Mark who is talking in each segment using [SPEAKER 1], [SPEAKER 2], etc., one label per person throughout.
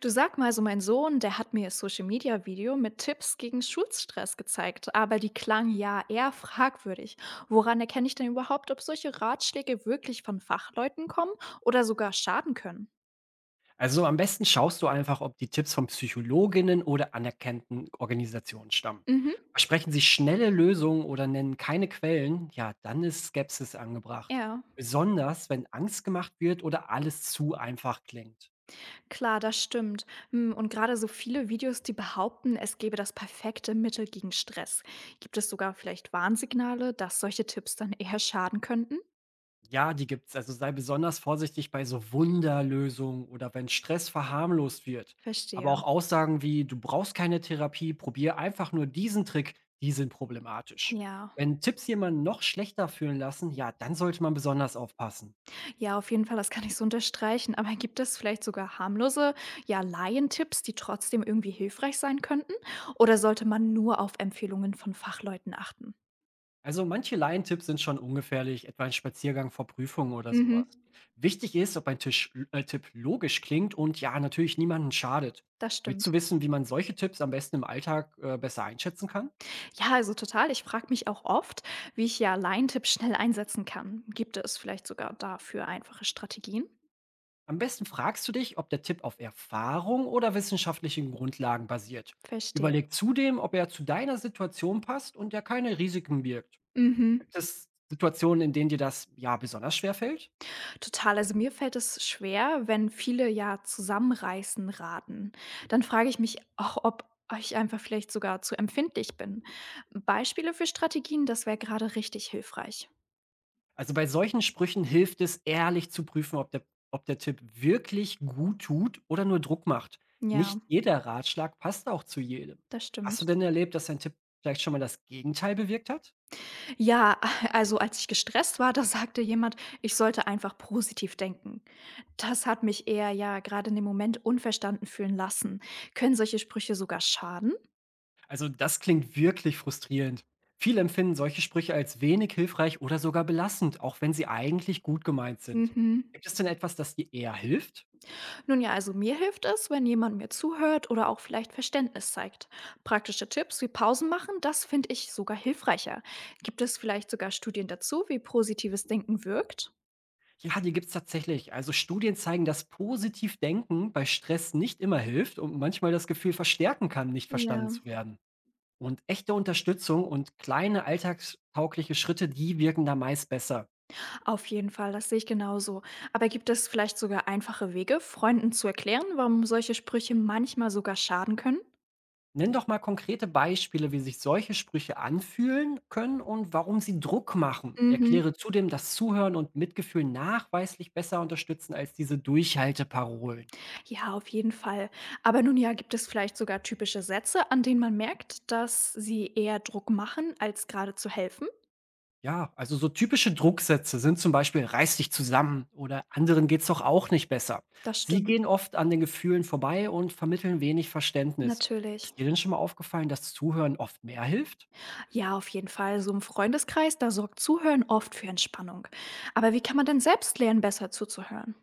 [SPEAKER 1] Du, sag mal, so mein Sohn, der hat mir ein Social-Media-Video mit Tipps gegen Schulstress gezeigt, aber die klangen ja eher fragwürdig. Woran erkenne ich denn überhaupt, ob solche Ratschläge wirklich von Fachleuten kommen oder sogar schaden können?
[SPEAKER 2] Also am besten schaust du einfach, ob die Tipps von Psychologinnen oder anerkannten Organisationen stammen.
[SPEAKER 1] Mhm.
[SPEAKER 2] Versprechen sie schnelle Lösungen oder nennen keine Quellen, ja, dann ist Skepsis angebracht.
[SPEAKER 1] Ja,
[SPEAKER 2] Besonders, wenn Angst gemacht wird oder alles zu einfach klingt.
[SPEAKER 1] klar, das stimmt. Hm, und gerade so viele Videos, die behaupten, es gäbe das perfekte Mittel gegen Stress. Gibt es sogar vielleicht Warnsignale, dass solche Tipps dann eher schaden könnten?
[SPEAKER 2] Ja, die gibt's. Also sei besonders vorsichtig bei so Wunderlösungen oder wenn Stress verharmlost wird. Aber
[SPEAKER 1] Verstehe.
[SPEAKER 2] auch Aussagen wie, du brauchst keine Therapie, probier einfach nur diesen Trick, die sind problematisch.
[SPEAKER 1] Ja.
[SPEAKER 2] Wenn Tipps jemanden noch schlechter fühlen lassen, ja, dann sollte man besonders aufpassen.
[SPEAKER 1] Ja, auf jeden Fall, das kann ich so unterstreichen. Aber gibt es vielleicht sogar harmlose, ja, Laientipps, die trotzdem irgendwie hilfreich sein könnten? Oder sollte man nur auf Empfehlungen von Fachleuten achten?
[SPEAKER 2] Also manche Laientipps sind schon ungefährlich, etwa ein Spaziergang vor Prüfungen oder
[SPEAKER 1] Mhm.
[SPEAKER 2] sowas. Wichtig ist, ob ein Tipp logisch klingt und ja, natürlich niemanden schadet.
[SPEAKER 1] Das
[SPEAKER 2] Willst du
[SPEAKER 1] stimmt.
[SPEAKER 2] wissen, wie man solche Tipps am besten im Alltag besser einschätzen kann?
[SPEAKER 1] Ja, also total. Ich frage mich auch oft, wie ich ja Laientipps schnell einsetzen kann. Gibt es vielleicht sogar dafür einfache Strategien?
[SPEAKER 2] Am besten fragst du dich, ob der Tipp auf Erfahrung oder wissenschaftlichen Grundlagen basiert.
[SPEAKER 1] Verstehe.
[SPEAKER 2] Überleg zudem, ob er zu deiner Situation passt und er keine Risiken birgt.
[SPEAKER 1] Mhm.
[SPEAKER 2] Gibt es Situationen, in denen dir das ja besonders schwer fällt?
[SPEAKER 1] Total. Also, mir fällt es schwer, wenn viele ja zusammenreißen raten. Dann frage ich mich auch, ob ich einfach vielleicht sogar zu empfindlich bin. Beispiele für Strategien, das wäre gerade richtig hilfreich.
[SPEAKER 2] Also bei solchen Sprüchen hilft es, ehrlich zu prüfen, ob der Tipp wirklich gut tut oder nur Druck macht. Nicht
[SPEAKER 1] Ja,
[SPEAKER 2] jeder Ratschlag passt auch zu jedem.
[SPEAKER 1] das
[SPEAKER 2] Hast du
[SPEAKER 1] stimmt.
[SPEAKER 2] denn erlebt, dass dein Tipp vielleicht schon mal das Gegenteil bewirkt hat?
[SPEAKER 1] Ja, also als ich gestresst war, da sagte jemand, ich sollte einfach positiv denken. Das hat mich eher ja gerade in dem Moment unverstanden fühlen lassen. Können solche Sprüche sogar schaden?
[SPEAKER 2] Also das klingt wirklich frustrierend. Viele empfinden solche Sprüche als wenig hilfreich oder sogar belastend, auch wenn sie eigentlich gut gemeint sind.
[SPEAKER 1] Mhm.
[SPEAKER 2] Gibt es denn etwas, das dir eher hilft?
[SPEAKER 1] Nun ja, also mir hilft es, wenn jemand mir zuhört oder auch vielleicht Verständnis zeigt. Praktische Tipps wie Pausen machen, das finde ich sogar hilfreicher. Gibt es vielleicht sogar Studien dazu, wie positives Denken wirkt?
[SPEAKER 2] Ja, die gibt's tatsächlich. Also Studien zeigen, dass positiv denken bei Stress nicht immer hilft und manchmal das Gefühl verstärken kann, nicht
[SPEAKER 1] Ja,
[SPEAKER 2] verstanden zu werden. Und echte Unterstützung und kleine alltagstaugliche Schritte, die wirken da meist besser.
[SPEAKER 1] auf jeden Fall, das sehe ich genauso. Aber gibt es vielleicht sogar einfache Wege, Freunden zu erklären, warum solche Sprüche manchmal sogar schaden können?
[SPEAKER 2] Nenn doch mal konkrete Beispiele, wie sich solche Sprüche anfühlen können und warum sie Druck machen.
[SPEAKER 1] Mhm.
[SPEAKER 2] Erkläre zudem, dass Zuhören und Mitgefühl nachweislich besser unterstützen als diese Durchhalteparolen.
[SPEAKER 1] Ja, auf jeden Fall. Aber nun ja, gibt es vielleicht sogar typische Sätze, an denen man merkt, dass sie eher Druck machen, als gerade zu helfen?
[SPEAKER 2] Ja, also so typische Drucksätze sind zum Beispiel reiß dich zusammen oder anderen geht's doch auch nicht besser.
[SPEAKER 1] Das
[SPEAKER 2] Sie
[SPEAKER 1] stimmt.
[SPEAKER 2] gehen oft an den Gefühlen vorbei und vermitteln wenig Verständnis.
[SPEAKER 1] Natürlich.
[SPEAKER 2] Ist dir denn schon mal aufgefallen, dass Zuhören oft mehr hilft?
[SPEAKER 1] Ja, auf jeden Fall. So im Freundeskreis, da sorgt Zuhören oft für Entspannung. Aber wie kann man denn selbst lernen, besser zuzuhören?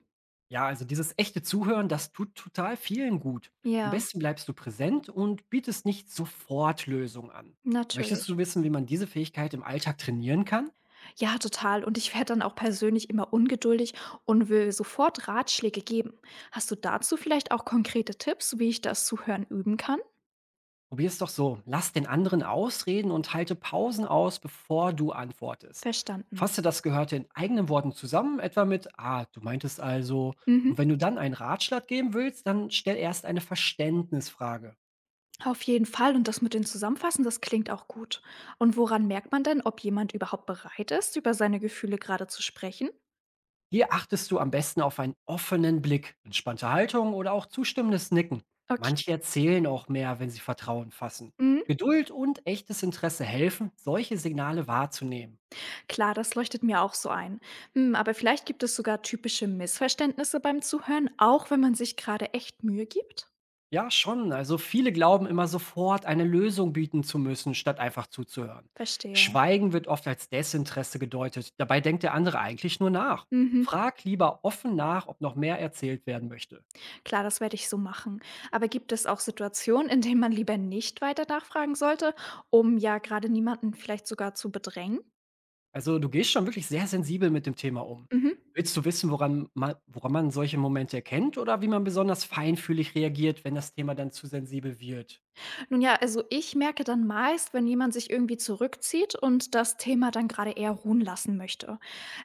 [SPEAKER 2] Ja, also dieses echte Zuhören, das tut total vielen gut. Am
[SPEAKER 1] Ja,
[SPEAKER 2] besten bleibst du präsent und bietest nicht sofort Lösungen an. Möchtest
[SPEAKER 1] natürlich.
[SPEAKER 2] du wissen, wie man diese Fähigkeit im Alltag trainieren kann?
[SPEAKER 1] Ja, total. Und ich werde dann auch persönlich immer ungeduldig und will sofort Ratschläge geben. Hast du dazu vielleicht auch konkrete Tipps, wie ich das Zuhören üben kann?
[SPEAKER 2] Probier es doch so. Lass den anderen ausreden und halte Pausen aus, bevor du antwortest.
[SPEAKER 1] Verstanden.
[SPEAKER 2] Fasse das Gehörte in eigenen Worten zusammen, etwa mit, ah, du meintest also. Und
[SPEAKER 1] Mhm.
[SPEAKER 2] wenn du dann einen Ratschlag geben willst, dann stell erst eine Verständnisfrage.
[SPEAKER 1] Auf jeden Fall. Und das mit den Zusammenfassen, das klingt auch gut. Und woran merkt man denn, ob jemand überhaupt bereit ist, über seine Gefühle gerade zu sprechen?
[SPEAKER 2] Hier achtest du am besten auf einen offenen Blick, entspannte Haltung oder auch zustimmendes Nicken.
[SPEAKER 1] Okay.
[SPEAKER 2] Manche erzählen auch mehr, wenn sie Vertrauen fassen.
[SPEAKER 1] Mhm.
[SPEAKER 2] Geduld und echtes Interesse helfen, solche Signale wahrzunehmen.
[SPEAKER 1] Klar, das leuchtet mir auch so ein. Hm, aber vielleicht gibt es sogar typische Missverständnisse beim Zuhören, auch wenn man sich gerade echt Mühe gibt?
[SPEAKER 2] Ja, schon. Also viele glauben immer sofort, eine Lösung bieten zu müssen, statt einfach zuzuhören.
[SPEAKER 1] Verstehe.
[SPEAKER 2] Schweigen wird oft als Desinteresse gedeutet. Dabei denkt der andere eigentlich nur nach.
[SPEAKER 1] Mhm.
[SPEAKER 2] Frag lieber offen nach, ob noch mehr erzählt werden möchte.
[SPEAKER 1] Klar, das werde ich so machen. Aber gibt es auch Situationen, in denen man lieber nicht weiter nachfragen sollte, um ja gerade niemanden vielleicht sogar zu bedrängen?
[SPEAKER 2] Also du gehst schon wirklich sehr sensibel mit dem Thema um.
[SPEAKER 1] Mhm.
[SPEAKER 2] Willst du wissen, woran man solche Momente erkennt oder wie man besonders feinfühlig reagiert, wenn das Thema dann zu sensibel wird?
[SPEAKER 1] Nun ja, also ich merke dann meist, wenn jemand sich irgendwie zurückzieht und das Thema dann gerade eher ruhen lassen möchte.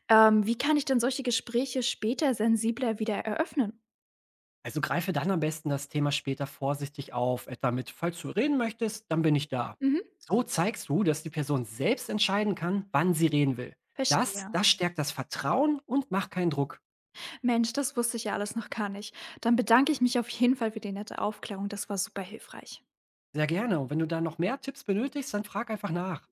[SPEAKER 1] Wie kann ich denn solche Gespräche später sensibler wieder eröffnen?
[SPEAKER 2] Also greife dann am besten das Thema später vorsichtig auf, etwa mit, falls du reden möchtest, dann bin ich da.
[SPEAKER 1] Mhm.
[SPEAKER 2] So zeigst du, dass die Person selbst entscheiden kann, wann sie reden will. Das,
[SPEAKER 1] Verstehe.
[SPEAKER 2] das stärkt das Vertrauen und macht keinen Druck.
[SPEAKER 1] Mensch, das wusste ich ja alles noch gar nicht. Dann bedanke ich mich auf jeden Fall für die nette Aufklärung. Das war super hilfreich.
[SPEAKER 2] Sehr gerne. Und wenn du da noch mehr Tipps benötigst, dann frag einfach nach.